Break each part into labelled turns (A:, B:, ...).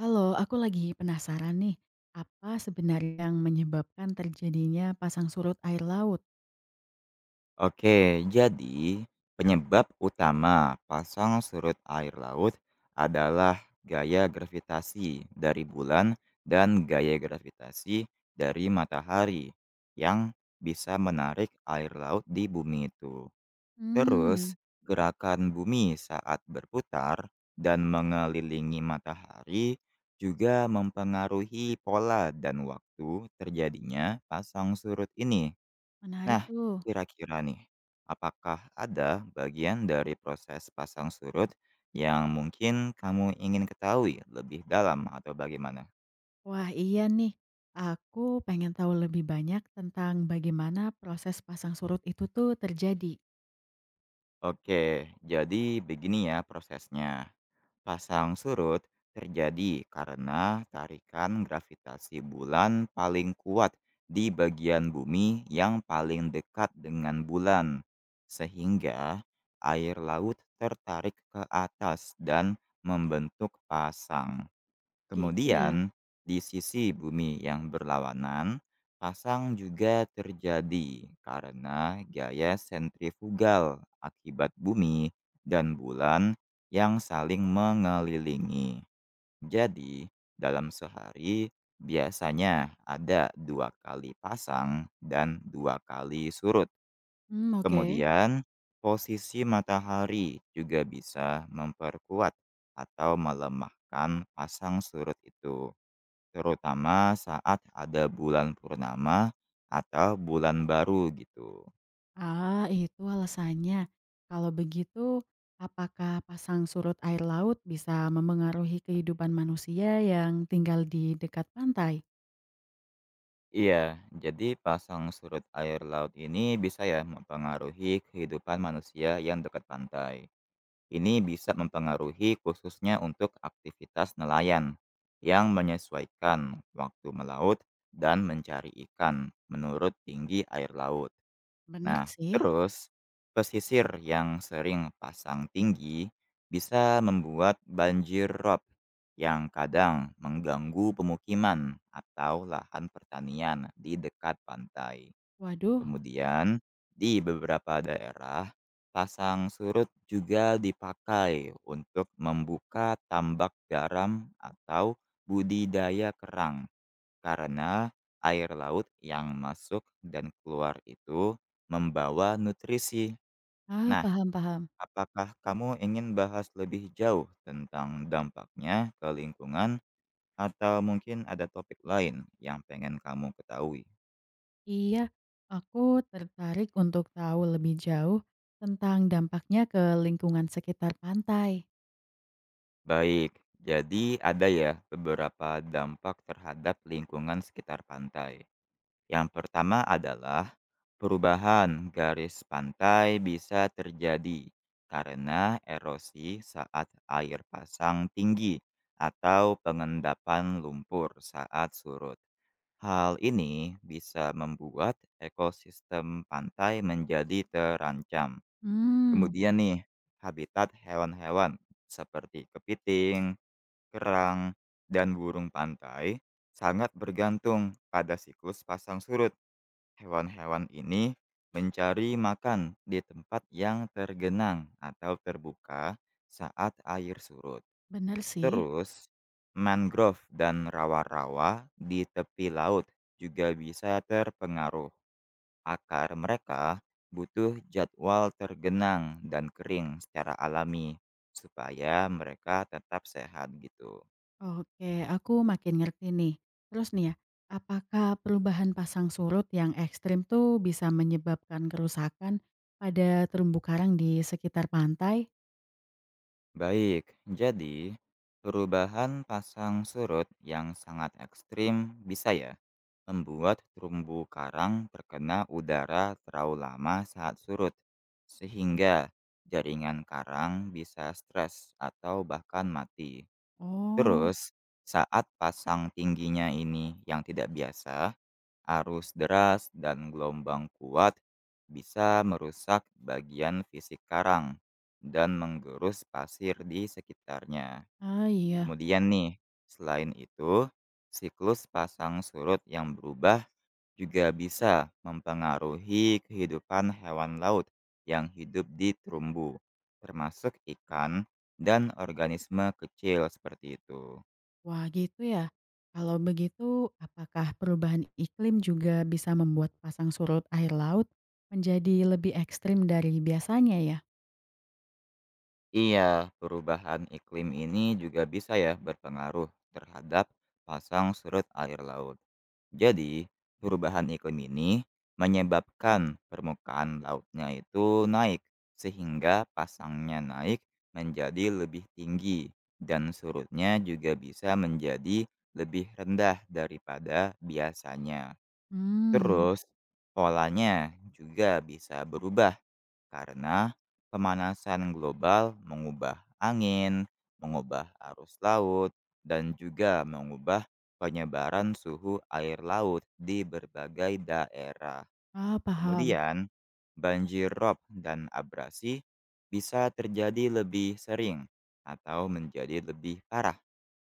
A: Halo, aku lagi penasaran nih, apa sebenarnya yang menyebabkan terjadinya pasang surut air laut?
B: Oke, jadi penyebab utama pasang surut air laut adalah gaya gravitasi dari bulan dan gaya gravitasi dari matahari yang bisa menarik air laut di bumi itu. Terus,
A: Hmm,
B: gerakan bumi saat berputar dan mengelilingi matahari juga mempengaruhi pola dan waktu terjadinya pasang surut ini.
A: menarik
B: Nah,
A: tuh.
B: kira-kira nih, apakah ada bagian dari proses pasang surut yang mungkin kamu ingin ketahui lebih dalam atau bagaimana?
A: Wah, iya nih. Aku pengen tahu lebih banyak tentang bagaimana proses pasang surut itu tuh terjadi.
B: Oke, jadi begini ya prosesnya. Pasang surut terjadi karena tarikan gravitasi bulan paling kuat di bagian bumi yang paling dekat dengan bulan, sehingga air laut tertarik ke atas dan membentuk pasang.
A: Gitu ya.
B: Kemudian, di sisi bumi yang berlawanan, pasang juga terjadi karena gaya sentrifugal akibat bumi dan bulan yang saling mengelilingi. Jadi, dalam sehari biasanya ada dua kali pasang dan dua kali surut.
A: Hmm, oke.
B: Kemudian, posisi matahari juga bisa memperkuat atau melemahkan pasang surut itu. Terutama saat ada bulan purnama atau bulan baru gitu.
A: Ah, itu alasannya. Kalau begitu, apakah pasang surut air laut bisa memengaruhi kehidupan manusia yang tinggal di dekat pantai?
B: Iya, jadi pasang surut air laut ini bisa ya mempengaruhi kehidupan manusia yang dekat pantai. Ini bisa mempengaruhi khususnya untuk aktivitas nelayan yang menyesuaikan waktu melaut dan mencari ikan menurut tinggi air laut.
A: Bener
B: Nah,
A: sih.
B: terus pesisir yang sering pasang tinggi bisa membuat banjir rob yang kadang mengganggu pemukiman atau lahan pertanian di dekat pantai.
A: Waduh.
B: Kemudian, di beberapa daerah, pasang surut juga dipakai untuk membuka tambak garam atau budidaya kerang. Karena air laut yang masuk dan keluar itu membawa nutrisi.
A: Ah,
B: Nah,
A: paham paham.
B: apakah kamu ingin bahas lebih jauh tentang dampaknya ke lingkungan atau mungkin ada topik lain yang pengen kamu ketahui?
A: Iya, aku tertarik untuk tahu lebih jauh tentang dampaknya ke lingkungan sekitar pantai.
B: Baik, jadi ada ya beberapa dampak terhadap lingkungan sekitar pantai. Yang pertama adalah perubahan garis pantai bisa terjadi karena erosi saat air pasang tinggi atau pengendapan lumpur saat surut. Hal ini bisa membuat ekosistem pantai menjadi terancam.
A: Hmm,
B: Kemudian nih, habitat hewan-hewan seperti kepiting, kerang, dan burung pantai sangat bergantung pada siklus pasang surut. Hewan-hewan ini mencari makan di tempat yang tergenang atau terbuka saat air surut.
A: benar sih.
B: Terus, mangrove dan rawa-rawa di tepi laut juga bisa terpengaruh. Akar mereka butuh jadwal tergenang dan kering secara alami supaya mereka tetap sehat gitu.
A: Oke, aku makin ngerti nih. Terus nih ya, apakah perubahan pasang surut yang ekstrim tuh bisa menyebabkan kerusakan pada terumbu karang di sekitar pantai?
B: Baik, jadi perubahan pasang surut yang sangat ekstrim bisa ya membuat terumbu karang terkena udara terlalu lama saat surut, sehingga jaringan karang bisa stres atau bahkan mati.
A: Oh,
B: Terus, saat pasang tingginya ini yang tidak biasa, arus deras dan gelombang kuat bisa merusak bagian fisik karang dan menggerus pasir di sekitarnya.
A: ah iya.
B: Kemudian nih, selain itu, siklus pasang surut yang berubah juga bisa mempengaruhi kehidupan hewan laut yang hidup di terumbu, termasuk ikan dan organisme kecil seperti itu.
A: Wah, gitu ya. Kalau begitu, apakah perubahan iklim juga bisa membuat pasang surut air laut menjadi lebih ekstrim dari biasanya ya?
B: Iya, perubahan iklim ini juga bisa ya berpengaruh terhadap pasang surut air laut. Jadi, perubahan iklim ini menyebabkan permukaan lautnya itu naik, sehingga pasangnya naik menjadi lebih tinggi, dan surutnya juga bisa menjadi lebih rendah daripada biasanya.
A: Hmm.
B: Terus, polanya juga bisa berubah. Karena pemanasan global mengubah angin, mengubah arus laut, dan juga mengubah penyebaran suhu air laut di berbagai daerah.
A: Ah, paham.
B: Kemudian, banjir rob dan abrasi bisa terjadi lebih sering atau menjadi lebih parah,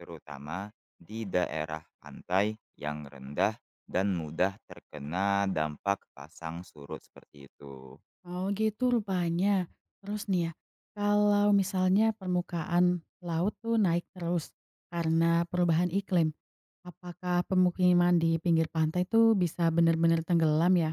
B: terutama di daerah pantai yang rendah dan mudah terkena dampak pasang surut seperti itu.
A: Oh, gitu rupanya. Terus nih ya, kalau misalnya permukaan laut tuh naik terus karena perubahan iklim, apakah pemukiman di pinggir pantai tuh bisa benar-benar tenggelam ya?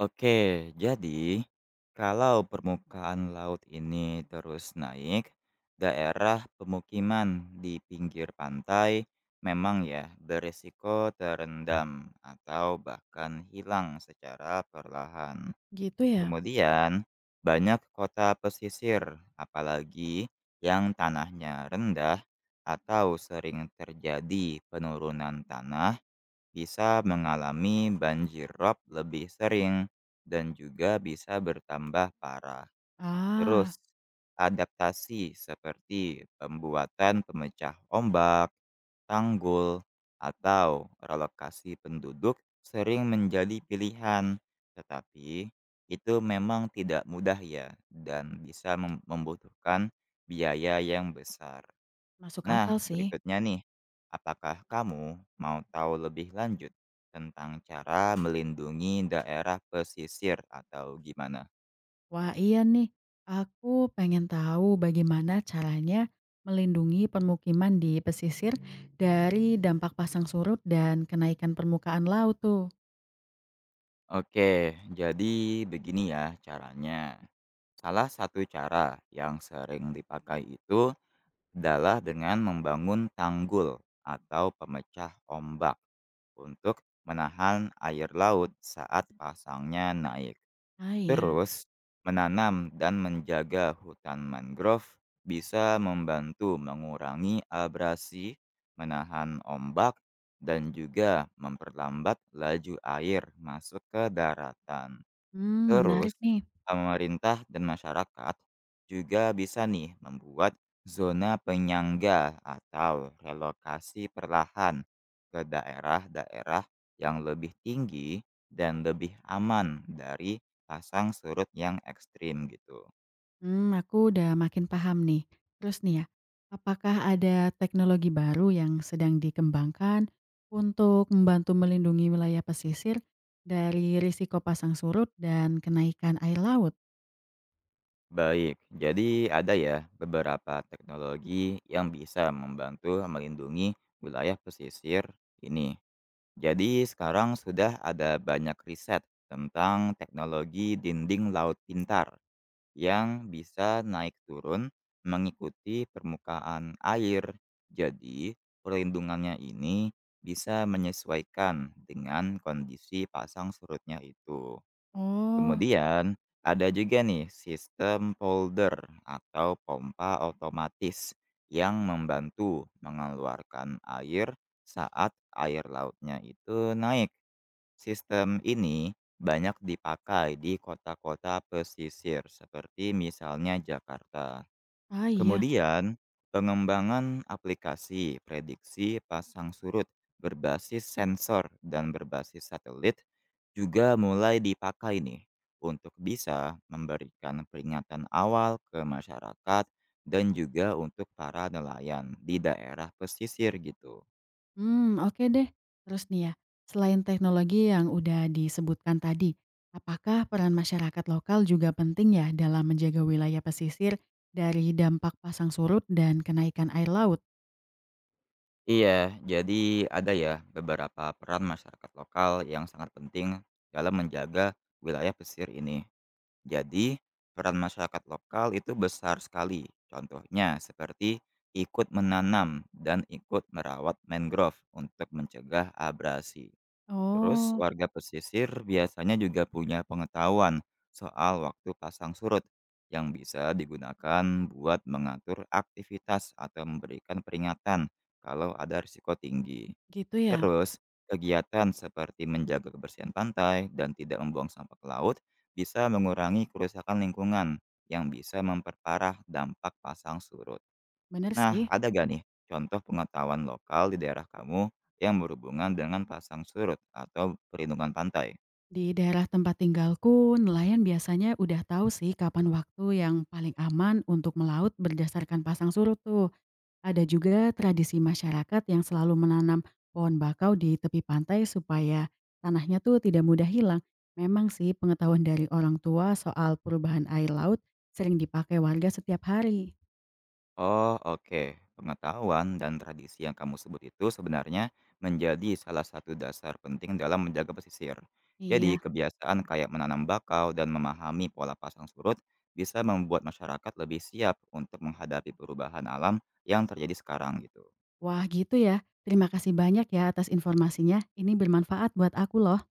B: Oke, jadi kalau permukaan laut ini terus naik, daerah pemukiman di pinggir pantai memang ya berisiko terendam atau bahkan hilang secara perlahan.
A: Gitu ya?
B: Kemudian, banyak kota pesisir, apalagi yang tanahnya rendah atau sering terjadi penurunan tanah, bisa mengalami banjir rob lebih sering dan juga bisa bertambah parah. Terus,
A: Ah,
B: adaptasi seperti pembuatan pemecah ombak, tanggul, atau relokasi penduduk sering menjadi pilihan. Tetapi, itu memang tidak mudah ya dan bisa membutuhkan biaya yang besar.
A: masuk
B: Nah,
A: akal sih.
B: berikutnya nih, apakah kamu mau tahu lebih lanjut tentang cara melindungi daerah pesisir atau gimana?
A: Wah iya nih, aku pengen tahu bagaimana caranya melindungi permukiman di pesisir dari dampak pasang surut dan kenaikan permukaan laut tuh.
B: Oke, jadi begini ya caranya. Salah satu cara yang sering dipakai itu adalah dengan membangun tanggul atau pemecah ombak untuk menahan air laut saat pasangnya naik.
A: Ah iya.
B: Terus, menanam dan menjaga hutan mangrove bisa membantu mengurangi abrasi, menahan ombak, dan juga memperlambat laju air masuk ke daratan.
A: Hmm, menarik
B: Terus,
A: nih.
B: pemerintah dan masyarakat juga bisa nih membuat zona penyangga atau relokasi perlahan ke daerah-daerah yang lebih tinggi dan lebih aman dari pasang surut yang ekstrim gitu.
A: Hmm, aku udah makin paham nih. Terus nih ya, apakah ada teknologi baru yang sedang dikembangkan untuk membantu melindungi wilayah pesisir dari risiko pasang surut dan kenaikan air laut?
B: Baik, jadi ada ya beberapa teknologi yang bisa membantu melindungi wilayah pesisir ini. Jadi sekarang sudah ada banyak riset tentang teknologi dinding laut pintar yang bisa naik turun mengikuti permukaan air. Jadi perlindungannya ini bisa menyesuaikan dengan kondisi pasang surutnya itu.
A: Oh,
B: Kemudian ada juga nih sistem polder atau pompa otomatis yang membantu mengeluarkan air saat air lautnya itu naik. Sistem ini banyak dipakai di kota-kota pesisir seperti misalnya Jakarta.
A: ah iya.
B: Kemudian, pengembangan aplikasi prediksi pasang surut berbasis sensor dan berbasis satelit juga mulai dipakai nih untuk bisa memberikan peringatan awal ke masyarakat dan juga untuk para nelayan di daerah pesisir gitu.
A: Hmm, oke deh. Terus nih ya, selain teknologi yang udah disebutkan tadi, apakah peran masyarakat lokal juga penting ya dalam menjaga wilayah pesisir dari dampak pasang surut dan kenaikan air laut?
B: Iya, jadi ada ya beberapa peran masyarakat lokal yang sangat penting dalam menjaga wilayah pesisir ini. Jadi, peran masyarakat lokal itu besar sekali. Contohnya seperti ikut menanam dan ikut merawat mangrove untuk mencegah abrasi. Terus,
A: Oh,
B: warga pesisir biasanya juga punya pengetahuan soal waktu pasang surut yang bisa digunakan buat mengatur aktivitas atau memberikan peringatan kalau ada risiko tinggi.
A: gitu ya.
B: Terus, kegiatan seperti menjaga kebersihan pantai dan tidak membuang sampah ke laut bisa mengurangi kerusakan lingkungan yang bisa memperparah dampak pasang surut.
A: Bener
B: Nah,
A: sih,
B: ada gak nih contoh pengetahuan lokal di daerah kamu yang berhubungan dengan pasang surut atau perlindungan pantai?
A: di daerah tempat tinggalku, nelayan biasanya udah tahu sih kapan waktu yang paling aman untuk melaut berdasarkan pasang surut tuh. Ada juga tradisi masyarakat yang selalu menanam pohon bakau di tepi pantai supaya tanahnya tuh tidak mudah hilang. Memang sih pengetahuan dari orang tua soal perubahan air laut sering dipakai warga setiap hari.
B: Oh, oke. Pengetahuan dan tradisi yang kamu sebut itu sebenarnya menjadi salah satu dasar penting dalam menjaga pesisir. Jadi,
A: Iya,
B: kebiasaan kayak menanam bakau dan memahami pola pasang surut bisa membuat masyarakat lebih siap untuk menghadapi perubahan alam yang terjadi sekarang gitu.
A: wah gitu ya. Terima kasih banyak ya atas informasinya. Ini bermanfaat buat aku loh.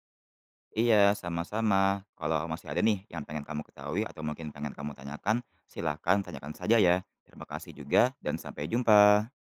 B: Iya, sama-sama. Kalau masih ada nih yang pengen kamu ketahui atau mungkin pengen kamu tanyakan, silahkan tanyakan saja ya. Terima kasih juga dan sampai jumpa.